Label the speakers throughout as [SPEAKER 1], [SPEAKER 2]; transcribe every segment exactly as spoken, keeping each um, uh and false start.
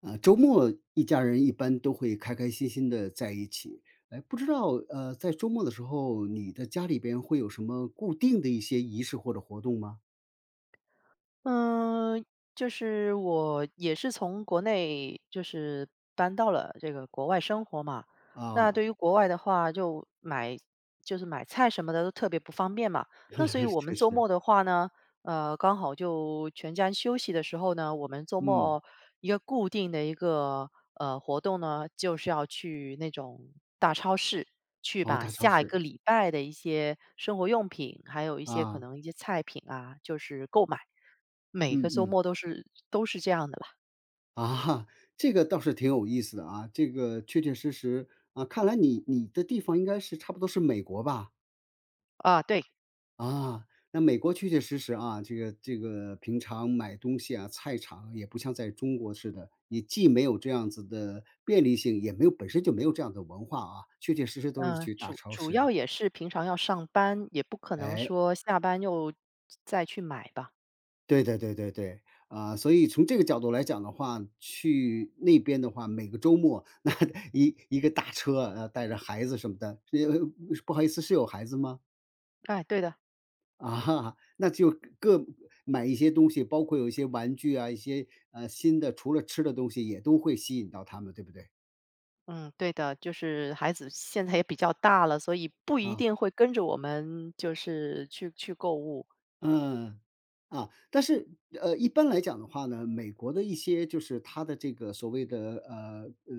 [SPEAKER 1] 啊，周末一家人一般都会开开心心的在一起。哎，不知道呃，在周末的时候，你的家里边会有什么固定的一些仪式或者活动吗？
[SPEAKER 2] 嗯，就是我也是从国内就是搬到了这个国外生活嘛。那
[SPEAKER 1] 啊，
[SPEAKER 2] 对于国外的话，就买就是买菜什么的都特别不方便嘛。那所以 我们
[SPEAKER 1] 确
[SPEAKER 2] 周
[SPEAKER 1] 实，
[SPEAKER 2] 末的话呢，呃，刚好就全家休息的时候呢，我们周
[SPEAKER 1] 嗯，
[SPEAKER 2] 末一个固定的一个呃，活动呢，就是要去那种大超市，去
[SPEAKER 1] 哦，
[SPEAKER 2] 把
[SPEAKER 1] 大超
[SPEAKER 2] 下一
[SPEAKER 1] 市
[SPEAKER 2] 个礼拜的一些生活用品，还有一些可
[SPEAKER 1] 啊，
[SPEAKER 2] 能一些菜品啊，就是购买。每个
[SPEAKER 1] 嗯
[SPEAKER 2] 周
[SPEAKER 1] 嗯
[SPEAKER 2] 末都是都是这样的吧？
[SPEAKER 1] 啊，这个倒是挺有意思的啊，这个确确实实啊，看来你你的地方应该是差不多是美国吧？
[SPEAKER 2] 啊，对，
[SPEAKER 1] 啊，那美国确确实实啊，这个这个平常买东西啊，菜场也不像在中国似的，你既没有这样子的便利性，也没有本身就没有这样的文化啊，确确实实都是
[SPEAKER 2] 嗯，
[SPEAKER 1] 去大
[SPEAKER 2] 主
[SPEAKER 1] 超
[SPEAKER 2] 主
[SPEAKER 1] 市
[SPEAKER 2] 要
[SPEAKER 1] 的。
[SPEAKER 2] 也是平常要上班，也不可能
[SPEAKER 1] 哎，
[SPEAKER 2] 说下班又再去买吧。
[SPEAKER 1] 对对对对对，啊，所以从这个角度来讲的话，去那边的话，每个周末那 一一个大车，啊，带着孩子什么的，呃，不好意思，是有孩子吗？
[SPEAKER 2] 哎，对的，
[SPEAKER 1] 啊，那就各买一些东西，包括有一些玩具啊，一些，呃，新的除了吃的东西也都会吸引到他们，对不对？
[SPEAKER 2] 嗯，对的，就是孩子现在也比较大了，所以不一
[SPEAKER 1] 啊。
[SPEAKER 2] 定会跟着我们就是去去购物。
[SPEAKER 1] 嗯，啊，但是，呃，一般来讲的话呢，美国的一些就是它的这个所谓的，呃，呃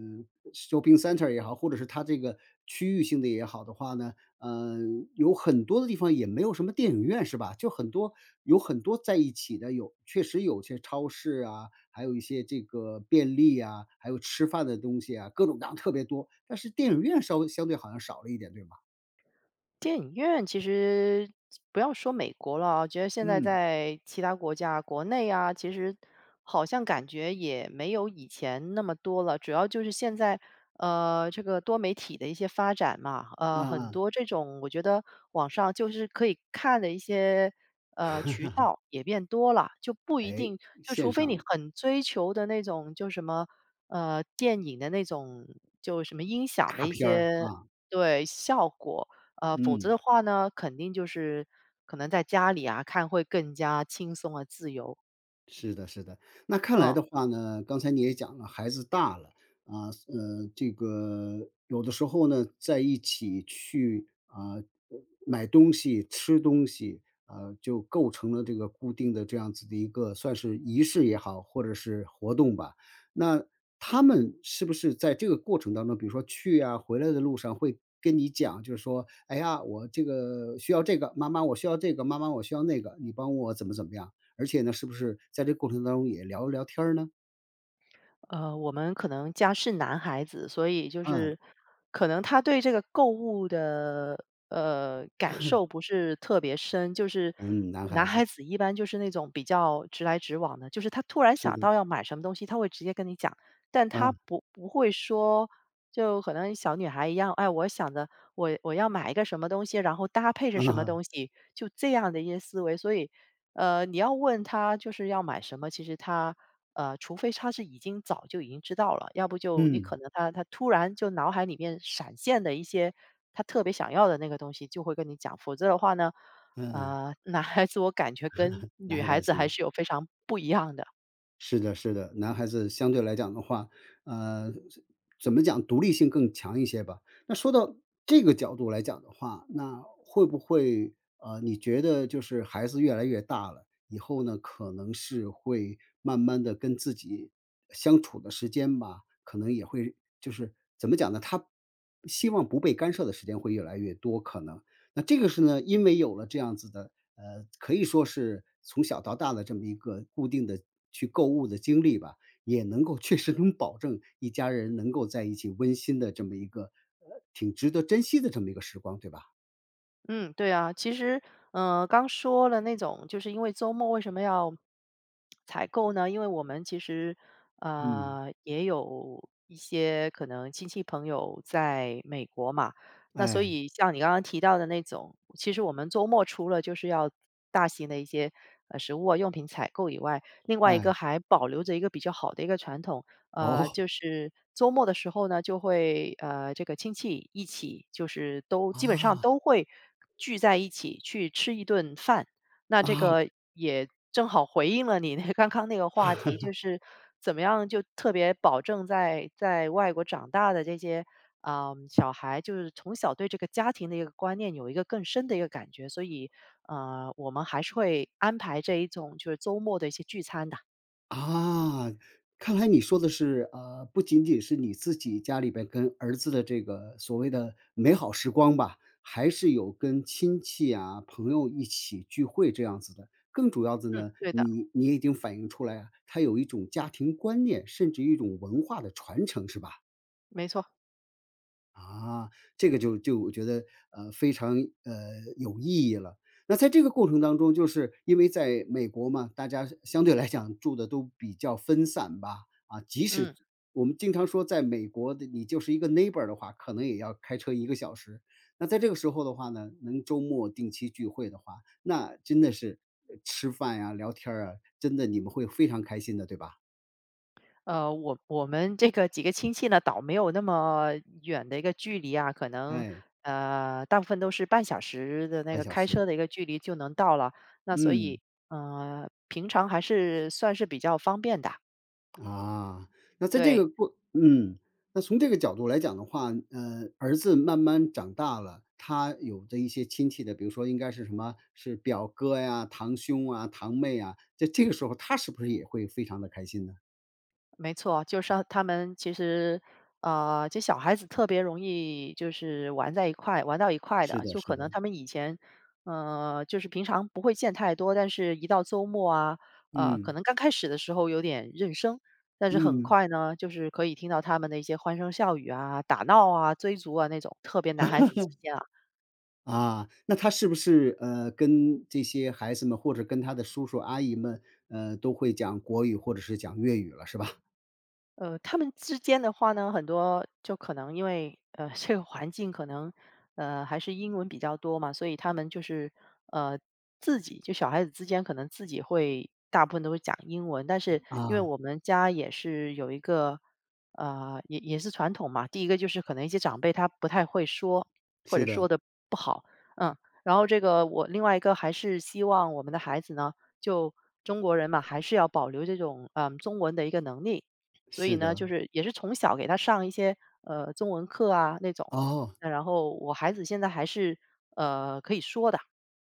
[SPEAKER 1] ，shopping center 也好，或者是它这个区域性的也好的话呢，嗯，有很多的地方也没有什么电影院是吧？就很多有很多在一起的，有确实有些超市啊，还有一些这个便利啊，还有吃饭的东西啊，各种各样特别多，但是电影院稍微相对好像少了一点，对吧？
[SPEAKER 2] 电影院其实不要说美国了啊，我觉得现在
[SPEAKER 1] 嗯。
[SPEAKER 2] 在其他国家、国内啊，其实好像感觉也没有以前那么多了。主要就是现在，呃，这个多媒体的一些发展嘛，
[SPEAKER 1] 嗯
[SPEAKER 2] 呃，很
[SPEAKER 1] 嗯，
[SPEAKER 2] 多这种我觉得网上就是可以看的一些呃渠道也变多了，就不一
[SPEAKER 1] 哎，
[SPEAKER 2] 定就除
[SPEAKER 1] 线
[SPEAKER 2] 非
[SPEAKER 1] 上
[SPEAKER 2] 你
[SPEAKER 1] 了，
[SPEAKER 2] 很追求的那种，就什么呃电影的那种，就什么音响的
[SPEAKER 1] 大
[SPEAKER 2] 一
[SPEAKER 1] 片儿，
[SPEAKER 2] 些
[SPEAKER 1] 啊。
[SPEAKER 2] 对效果。呃，否则
[SPEAKER 1] 嗯，
[SPEAKER 2] 的话呢，肯定就是可能在家里啊看会更加轻松啊、自由，
[SPEAKER 1] 是的，是的。那看来
[SPEAKER 2] 嗯。
[SPEAKER 1] 的话呢，刚才你也讲了，孩子大了啊，呃，这个有的时候呢，在一起去啊、呃买东西、吃东西，呃，就构成了这个固定的这样子的一个算是仪式也好，或者是活动吧。那他们是不是在这个过程当中，比如说去啊、回来的路上会跟你讲，就是说，哎呀，我这个需要这个，妈妈我需要这个，妈妈我需要那个，你帮我怎么怎么样？而且呢，是不是在这过程当中也聊一聊天儿呢？
[SPEAKER 2] 呃，我们可能家是男孩子，所以就
[SPEAKER 1] 嗯，
[SPEAKER 2] 是可能他对这个购物的呃感受不是特别深，就是
[SPEAKER 1] 嗯，男
[SPEAKER 2] 男
[SPEAKER 1] 孩
[SPEAKER 2] 孩
[SPEAKER 1] 子，
[SPEAKER 2] 子一般就是那种比较直来直往的，就是他突然
[SPEAKER 1] 是
[SPEAKER 2] 想
[SPEAKER 1] 的，
[SPEAKER 2] 到要买什么东西，他会直接跟你讲，但他
[SPEAKER 1] 嗯，
[SPEAKER 2] 不不会说，就可能小女孩一样，哎，我想着我我要买一个什么东西，然后搭配着什么
[SPEAKER 1] 啊，
[SPEAKER 2] 东西，就这样的一些思维，所以呃，你要问他就是要买什么，其实他呃，除非他是已经早就已经知道了，要不就你
[SPEAKER 1] 嗯，
[SPEAKER 2] 可能他他突然就脑海里面闪现的一些他特别想要的那个东西，就会跟你讲。否则的话呢，
[SPEAKER 1] 嗯，
[SPEAKER 2] 呃，男孩子我感觉跟女
[SPEAKER 1] 男
[SPEAKER 2] 孩
[SPEAKER 1] 孩
[SPEAKER 2] 子
[SPEAKER 1] 子
[SPEAKER 2] 还
[SPEAKER 1] 嘛。
[SPEAKER 2] 是有非常不一样的。
[SPEAKER 1] 是的，是的，男孩子相对来讲的话，呃，怎么讲，独立性更强一些吧。那说到这个角度来讲的话，那会不会呃，你觉得就是孩子越来越大了以后呢，可能是会慢慢的跟自己相处的时间吧，可能也会就是怎么讲呢，他希望不被干涉的时间会越来越多，可能。那这个是呢，因为有了这样子的，呃，可以说是从小到大的这么一个固定的去购物的经历吧，也能够 确实能保证一家人能够在一起温馨的这么一个，呃，挺值得珍惜的这么一个时光，对吧？
[SPEAKER 2] 嗯，对啊，其实，呃，刚说了那种，就是因为周末为什么要采购呢？因为我们其实，
[SPEAKER 1] 嗯，
[SPEAKER 2] 呃，也有一些可能亲戚朋友在美国嘛，那所
[SPEAKER 1] 哎，
[SPEAKER 2] 以像你刚刚提到的那种，其实我们周末除了就是要大型的一些呃食物啊用品采购以外，另外一个
[SPEAKER 1] 哎，
[SPEAKER 2] 还保留着一个比较好的一个传统，呃，
[SPEAKER 1] 哦，
[SPEAKER 2] 就是周末的时候呢，就会呃，这个亲戚一起，就是都基本上
[SPEAKER 1] 啊，
[SPEAKER 2] 都会聚在一起去吃一顿饭。那这
[SPEAKER 1] 啊。
[SPEAKER 2] 个也正好回应了你那 刚刚那个话题，就是怎么样就特别保证在在外国长大的这些啊、小孩，就是从小对这个家庭的一个观念有一个更深的一个感觉，所以呃，我们还是会安排这一种就是周末的一些聚餐的。
[SPEAKER 1] 啊，看来你说的是，呃，不仅仅是你自己家里边跟儿子的这个所谓的美好时光吧，还是有跟亲戚啊、朋友一起聚会这样子的。更主要的
[SPEAKER 2] 嗯，
[SPEAKER 1] 呢，
[SPEAKER 2] 对的，
[SPEAKER 1] 你你已经反映出来啊，它有一种家庭观念，甚至一种文化的传承，是吧？
[SPEAKER 2] 没错，
[SPEAKER 1] 啊，这个就就我觉得，呃，非常，呃，有意义了。那在这个过程当中，就是因为在美国嘛，大家相对来讲住的都比较分散吧，啊，即使
[SPEAKER 2] 嗯。
[SPEAKER 1] 我们经常说在美国的你就是一个 neighbor 的话，可能也要开车一个小时。那在这个时候的话呢，能周末定期聚会的话，那真的是，呃吃饭呀、聊天儿啊，真的你们会非常开心的，对吧？
[SPEAKER 2] 呃，我我们这个几个亲戚呢，倒没有那么远的一个距离啊，可能
[SPEAKER 1] 哎，
[SPEAKER 2] 呃，大部分都是半小时的那
[SPEAKER 1] 半
[SPEAKER 2] 个
[SPEAKER 1] 小
[SPEAKER 2] 开车
[SPEAKER 1] 时，
[SPEAKER 2] 的一个距离就能到了。那所以，
[SPEAKER 1] 嗯。
[SPEAKER 2] 呃，平常还是算是比较方便的，
[SPEAKER 1] 啊，那在这
[SPEAKER 2] 对。
[SPEAKER 1] 个过嗯，那从这个角度来讲的话，呃，儿子慢慢长大了，他有着一些亲戚的，比如说应该是什么，是表哥呀、堂兄啊、堂妹啊，在这个时候他是不是也会非常的开心呢？
[SPEAKER 2] 没错，就是他们其实，啊，这小孩子特别容易就是玩在一块，玩到一块
[SPEAKER 1] 是
[SPEAKER 2] 的，
[SPEAKER 1] 的
[SPEAKER 2] 就
[SPEAKER 1] 是
[SPEAKER 2] 可能
[SPEAKER 1] 的，
[SPEAKER 2] 他们以前，呃，就是平常不会见太多，但是一到周末啊，呃，可
[SPEAKER 1] 嗯，
[SPEAKER 2] 能刚开始的时候有点认生，但是很
[SPEAKER 1] 嗯，
[SPEAKER 2] 快呢，就是可以听到他们的一些欢声笑语啊、打闹啊、追逐啊那种，特别男孩子之间啊。
[SPEAKER 1] 啊，那他是不是，呃，跟这些孩子们或者跟他的叔叔阿姨们，呃，都会讲国语或者是讲粤语了是吧？
[SPEAKER 2] 呃，他们之间的话呢，很多就可能因为呃 这个环境可能呃还是英文比较多嘛，所以他们就是呃自己就小孩子之间可能自己会大部分都会讲英文，但是因为
[SPEAKER 1] 啊，
[SPEAKER 2] 我们家也是有一个呃也也是传统嘛，第一个就是可能一些长辈他不太会说或者
[SPEAKER 1] 是的，
[SPEAKER 2] 说的不好，嗯，然后这个我另外一个还是希望我们的孩子呢，就中国人嘛，还是要保留这种嗯中文的一个能力。所以
[SPEAKER 1] 是
[SPEAKER 2] 呢，
[SPEAKER 1] 的，
[SPEAKER 2] 就是也是从小给他上一些呃中文课啊那种，
[SPEAKER 1] 哦。
[SPEAKER 2] 那然后我孩子现在还是呃可以说的，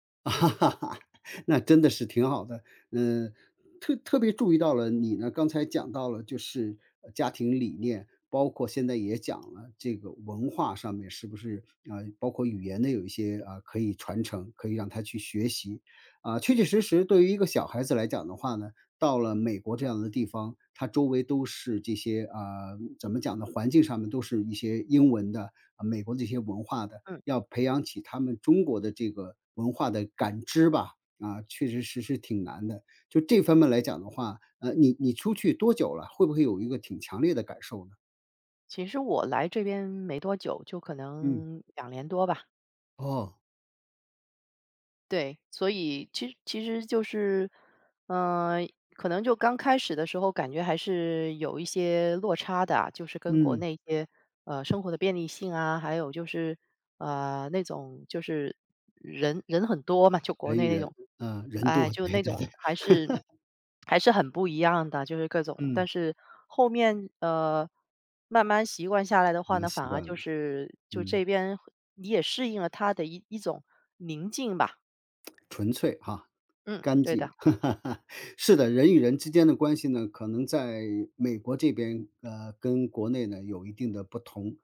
[SPEAKER 1] 啊哈哈哈，那真的是挺好的。嗯，特特别注意到了你呢，刚才讲到了就是呃家庭理念，包括现在也讲了这个文化上面是不是啊、呃包括语言的有一些啊、呃可以传承，可以让他去学习啊、确确实实，对于一个小孩子来讲的话呢，到了美国这样的地方，他周围都是这些啊、呃怎么讲呢？环境上面都是一些英文的啊、美国的一些文化的。
[SPEAKER 2] 嗯。
[SPEAKER 1] 要培养起他们中国的这个文化的感知吧，啊，确实实是挺难的。就这方面来讲的话，呃，你你出去多久了？会不会有一个挺强烈的感受呢？
[SPEAKER 2] 其实我来这边没多久，就可
[SPEAKER 1] 嗯，
[SPEAKER 2] 能两年多吧，
[SPEAKER 1] 哦，
[SPEAKER 2] 对，所以其实其实就是，呃，可能就刚开始的时候感觉还是有一些落差的啊，就是跟国
[SPEAKER 1] 嗯，
[SPEAKER 2] 内一些呃生活的便利性啊，还有就是呃那种就是人人很多嘛，就国
[SPEAKER 1] 人
[SPEAKER 2] 内
[SPEAKER 1] 与
[SPEAKER 2] 那
[SPEAKER 1] 人，
[SPEAKER 2] 种，
[SPEAKER 1] 嗯，人
[SPEAKER 2] 哎，
[SPEAKER 1] 多，
[SPEAKER 2] 就
[SPEAKER 1] 对
[SPEAKER 2] 那
[SPEAKER 1] 对
[SPEAKER 2] 种
[SPEAKER 1] 对，
[SPEAKER 2] 还是还是很不一样的，就是各种。但
[SPEAKER 1] 嗯，
[SPEAKER 2] 是后面呃慢慢习惯下来的
[SPEAKER 1] 我
[SPEAKER 2] 话呢，
[SPEAKER 1] 们习
[SPEAKER 2] 反而
[SPEAKER 1] 惯
[SPEAKER 2] 就
[SPEAKER 1] 了，
[SPEAKER 2] 是就
[SPEAKER 1] 嗯。
[SPEAKER 2] 这边你也适应了它的一一种宁静吧。
[SPEAKER 1] 纯粹哈，
[SPEAKER 2] 嗯，
[SPEAKER 1] 干
[SPEAKER 2] 对
[SPEAKER 1] 净。
[SPEAKER 2] 的，
[SPEAKER 1] 是的，人与人之间的关系呢，可能在美国这边，呃，跟国内呢有一定的不同。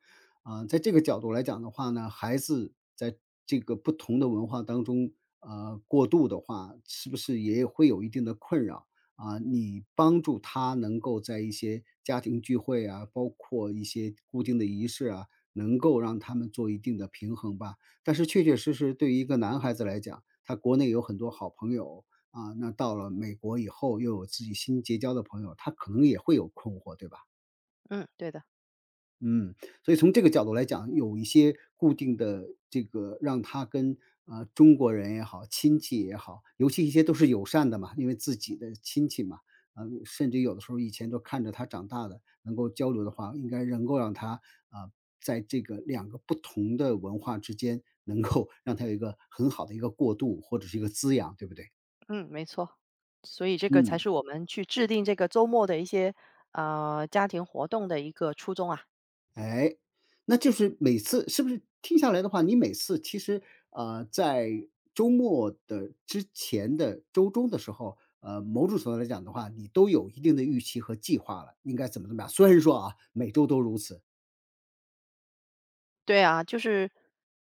[SPEAKER 1] 啊、在这个角度来讲的话呢，孩子在这个不同的文化当中，呃，过渡的话，是不是也会有一定的困扰？啊，你帮助他能够在一些家庭聚会啊，包括一些固定的仪式啊，能够让他们做一定的平衡吧。但是确确实实对于一个男孩子来讲，他国内有很多好朋友，啊，那到了美国以后又有自己新结交的朋友，他可能也会有困惑，对吧？
[SPEAKER 2] 嗯，对的，
[SPEAKER 1] 嗯，所以从这个角度来讲，有一些固定的这个让他跟，呃，中国人也好，亲戚也好，尤其一些都是友善的嘛，因为自己的亲戚嘛，啊，甚至有的时候以前都看着他长大的，能够交流的话，应该能够让他，啊，在这个两个不同的文化之间，能够让他有一个很好的一个过渡或者是一个滋养，对不对？
[SPEAKER 2] 嗯，没错。所以这个才
[SPEAKER 1] 嗯。
[SPEAKER 2] 是我们去制定这个周末的一些，呃，家庭活动的一个初衷啊。
[SPEAKER 1] 哎，那就是每次是不是听下来的话，你每次其实，呃，在周末的之前的周中的时候，呃，某种程度来讲的话，你都有一定的预期和计划了，应该怎么怎么样。虽然说啊，每周都如此，
[SPEAKER 2] 对啊，就是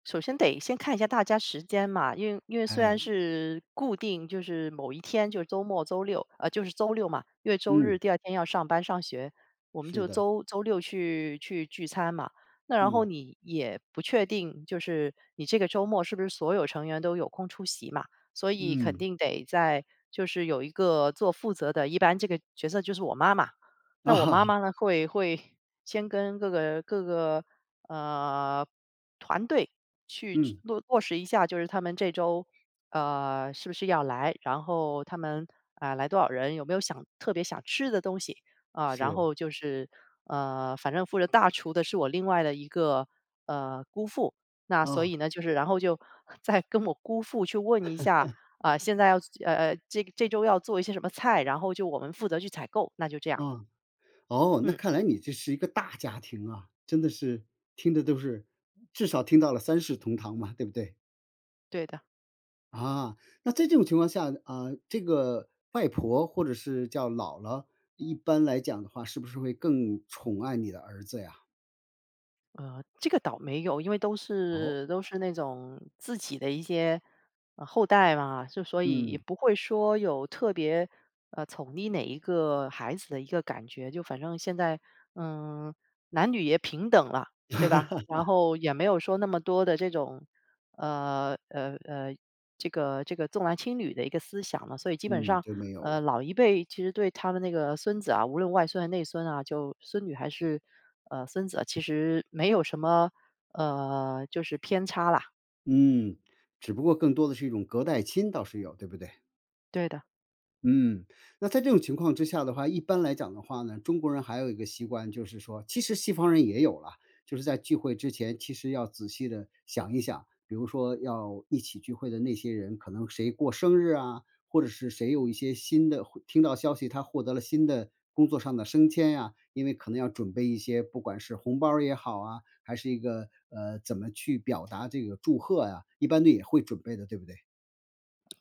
[SPEAKER 2] 首先得先看一下大家时间嘛，因为因为虽然
[SPEAKER 1] 哎，
[SPEAKER 2] 是固定，就是某一天，就是周末、周六，呃，就是周六嘛，因为周日
[SPEAKER 1] 嗯，
[SPEAKER 2] 第二天要上班上学，我们
[SPEAKER 1] 是
[SPEAKER 2] 就
[SPEAKER 1] 的，
[SPEAKER 2] 周周六去去聚餐嘛。那然后
[SPEAKER 1] 嗯
[SPEAKER 2] 你也不确定，就是你这个周末是不是所有成员都有空出席嘛？所以肯
[SPEAKER 1] 嗯
[SPEAKER 2] 定得在就是有一个做负责的，一般这个角色就是我妈妈。那我
[SPEAKER 1] 啊，
[SPEAKER 2] 妈妈呢，会会先跟各个各个呃，团队去
[SPEAKER 1] 嗯，
[SPEAKER 2] 落落实一下，就是他们这周，呃，是不是要来，然后他们，啊，来多少人，有没有想特别想吃的东西，啊，然
[SPEAKER 1] 是
[SPEAKER 2] 后就是，呃，反正负责大厨的是我另外的一个，呃，姑父，那所
[SPEAKER 1] 啊
[SPEAKER 2] 以呢，就是然后就 再跟我姑父去问一下，啊，现在要呃，呃这这周要做一些什么菜，然后就我们负责去采购，那就这样，
[SPEAKER 1] 啊，哦，那
[SPEAKER 2] 嗯，
[SPEAKER 1] 看来你这是一个大家庭啊，真的是听的都是，至少听到了三世同堂嘛，对不对？
[SPEAKER 2] 对的。
[SPEAKER 1] 啊，那在这种情况下，啊，这个外婆或者是叫姥姥，一般来讲的话，是不是会更宠爱你的儿子呀？
[SPEAKER 2] 呃，这个倒没有，因为都
[SPEAKER 1] 哦，
[SPEAKER 2] 是都是那种自己的一些，呃，后代嘛，就所以也
[SPEAKER 1] 嗯，
[SPEAKER 2] 不会说有特别，呃，宠溺哪一个孩子的一个感觉。就反正现在，嗯，男女也平等了，对吧？然后也没有说那么多的这种，呃，呃，呃这个这个重男轻女的一个思想了，所以基本
[SPEAKER 1] 嗯，
[SPEAKER 2] 上，
[SPEAKER 1] 就没有
[SPEAKER 2] 呃，
[SPEAKER 1] 了。
[SPEAKER 2] 老一辈其实对他们那个孙子啊，无论外孙还内孙啊，就孙女还是呃孙子啊，其实没有什么呃就是偏差啦。
[SPEAKER 1] 嗯，只不过更多的是一种隔代亲，倒是有，对不对？
[SPEAKER 2] 对的。
[SPEAKER 1] 嗯，那在这种情况之下的话，一般来讲的话呢，中国人还有一个习惯，就是说，其实西方人也有了，就是在聚会之前，其实要仔细的想一想，比如说要一起聚会的那些人，可能谁过生日啊，或者是谁有一些新的，听到消息他获得了新的工作上的升迁呀、因为可能要准备一些，不管是红包儿也好啊，还是一个呃怎么去表达这个祝贺呀、一般都也会准备的，对不对？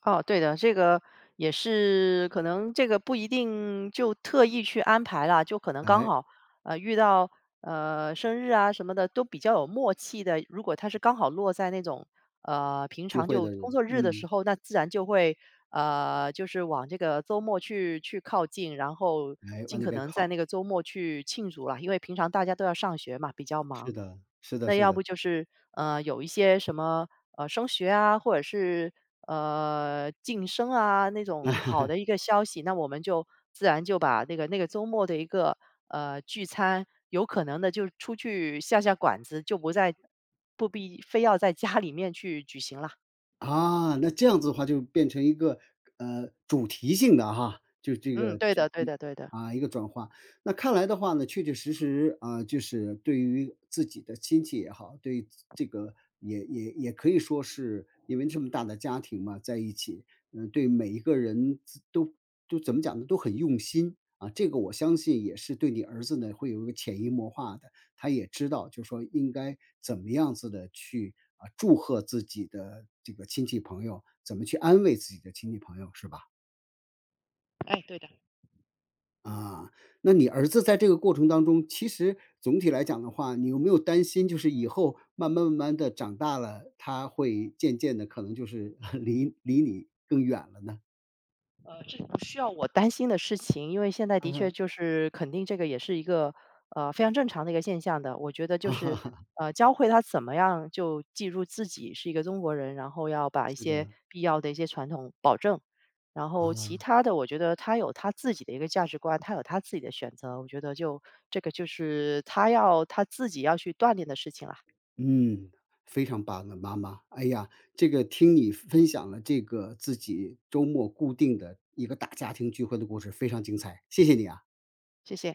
[SPEAKER 2] 哦，对的，这个也是可能这个不一定就特意去安排啦，就可能刚
[SPEAKER 1] 哎，
[SPEAKER 2] 好，呃，遇到，呃，生日啊什么的都比较有默契的。如果它是刚好落在那种，呃，平
[SPEAKER 1] 聚
[SPEAKER 2] 常
[SPEAKER 1] 会
[SPEAKER 2] 就
[SPEAKER 1] 的
[SPEAKER 2] 工
[SPEAKER 1] 人，
[SPEAKER 2] 作日的时
[SPEAKER 1] 嗯，
[SPEAKER 2] 候，那自然就会，呃，就是往这个周末去去靠近，然后
[SPEAKER 1] 来往
[SPEAKER 2] 尽
[SPEAKER 1] 那
[SPEAKER 2] 可
[SPEAKER 1] 边
[SPEAKER 2] 能在
[SPEAKER 1] 靠。
[SPEAKER 2] 那个周末去庆祝啦，因为平常大家都要上学嘛，比较
[SPEAKER 1] 是
[SPEAKER 2] 忙。
[SPEAKER 1] 的，是的，
[SPEAKER 2] 那
[SPEAKER 1] 是
[SPEAKER 2] 要
[SPEAKER 1] 的。
[SPEAKER 2] 不就是，呃，有一些什么，呃，升学啊，或者是，呃，晋升啊，那种好的一个消息，那我们就自然就把那个那个周末的一个，呃，聚餐，有可能的就出去下下馆子，就不在不必非要在家里面去举行了。
[SPEAKER 1] 啊，那这样子的话就变成一个，呃，主题性的哈，就这
[SPEAKER 2] 嗯，
[SPEAKER 1] 个
[SPEAKER 2] 对
[SPEAKER 1] 就
[SPEAKER 2] 的对
[SPEAKER 1] 就
[SPEAKER 2] 的对的。
[SPEAKER 1] 啊，一个转化。那看来的话呢，确确实实啊，就是对于自己的亲戚也好，对于这个也也也可以说是因为这么大的家庭嘛，在一起，嗯，对每一个人自都都怎么讲呢，都很用心啊。这个我相信也是对你儿子呢会有一个潜移默化的。他也知道就说应该怎么样子的去，啊，祝贺自己的这个亲戚朋友，怎么去安慰自己的亲戚朋友，是吧？
[SPEAKER 2] 哎，对的。
[SPEAKER 1] 啊，那你儿子在这个过程当中，其实总体来讲的话，你有没有担心就是以后慢慢慢慢的长大了，他会渐渐的可能就是 离离你更远了呢？
[SPEAKER 2] 呃，这不需要我担心的事情，因为现在
[SPEAKER 1] 啊，
[SPEAKER 2] 的确就是肯定这个也是一个呃非常正常的一个现象的。我觉得 就是
[SPEAKER 1] 啊
[SPEAKER 2] 呃教会他怎么样就记住自己是一个中国人，然后要把一
[SPEAKER 1] 是
[SPEAKER 2] 些
[SPEAKER 1] 的，
[SPEAKER 2] 必要的一些传统保证，然后其
[SPEAKER 1] 啊。
[SPEAKER 2] 他的我觉得他有他自己的一个价值观，他有他自己的选择，我觉得就这个就是他要他自己要去锻炼的事情啦。
[SPEAKER 1] 嗯，非常棒的妈妈。哎呀，这个听你分享了这个自己周末固定的一个大家庭聚会的故事，非常精彩，谢谢你啊。
[SPEAKER 2] 谢谢。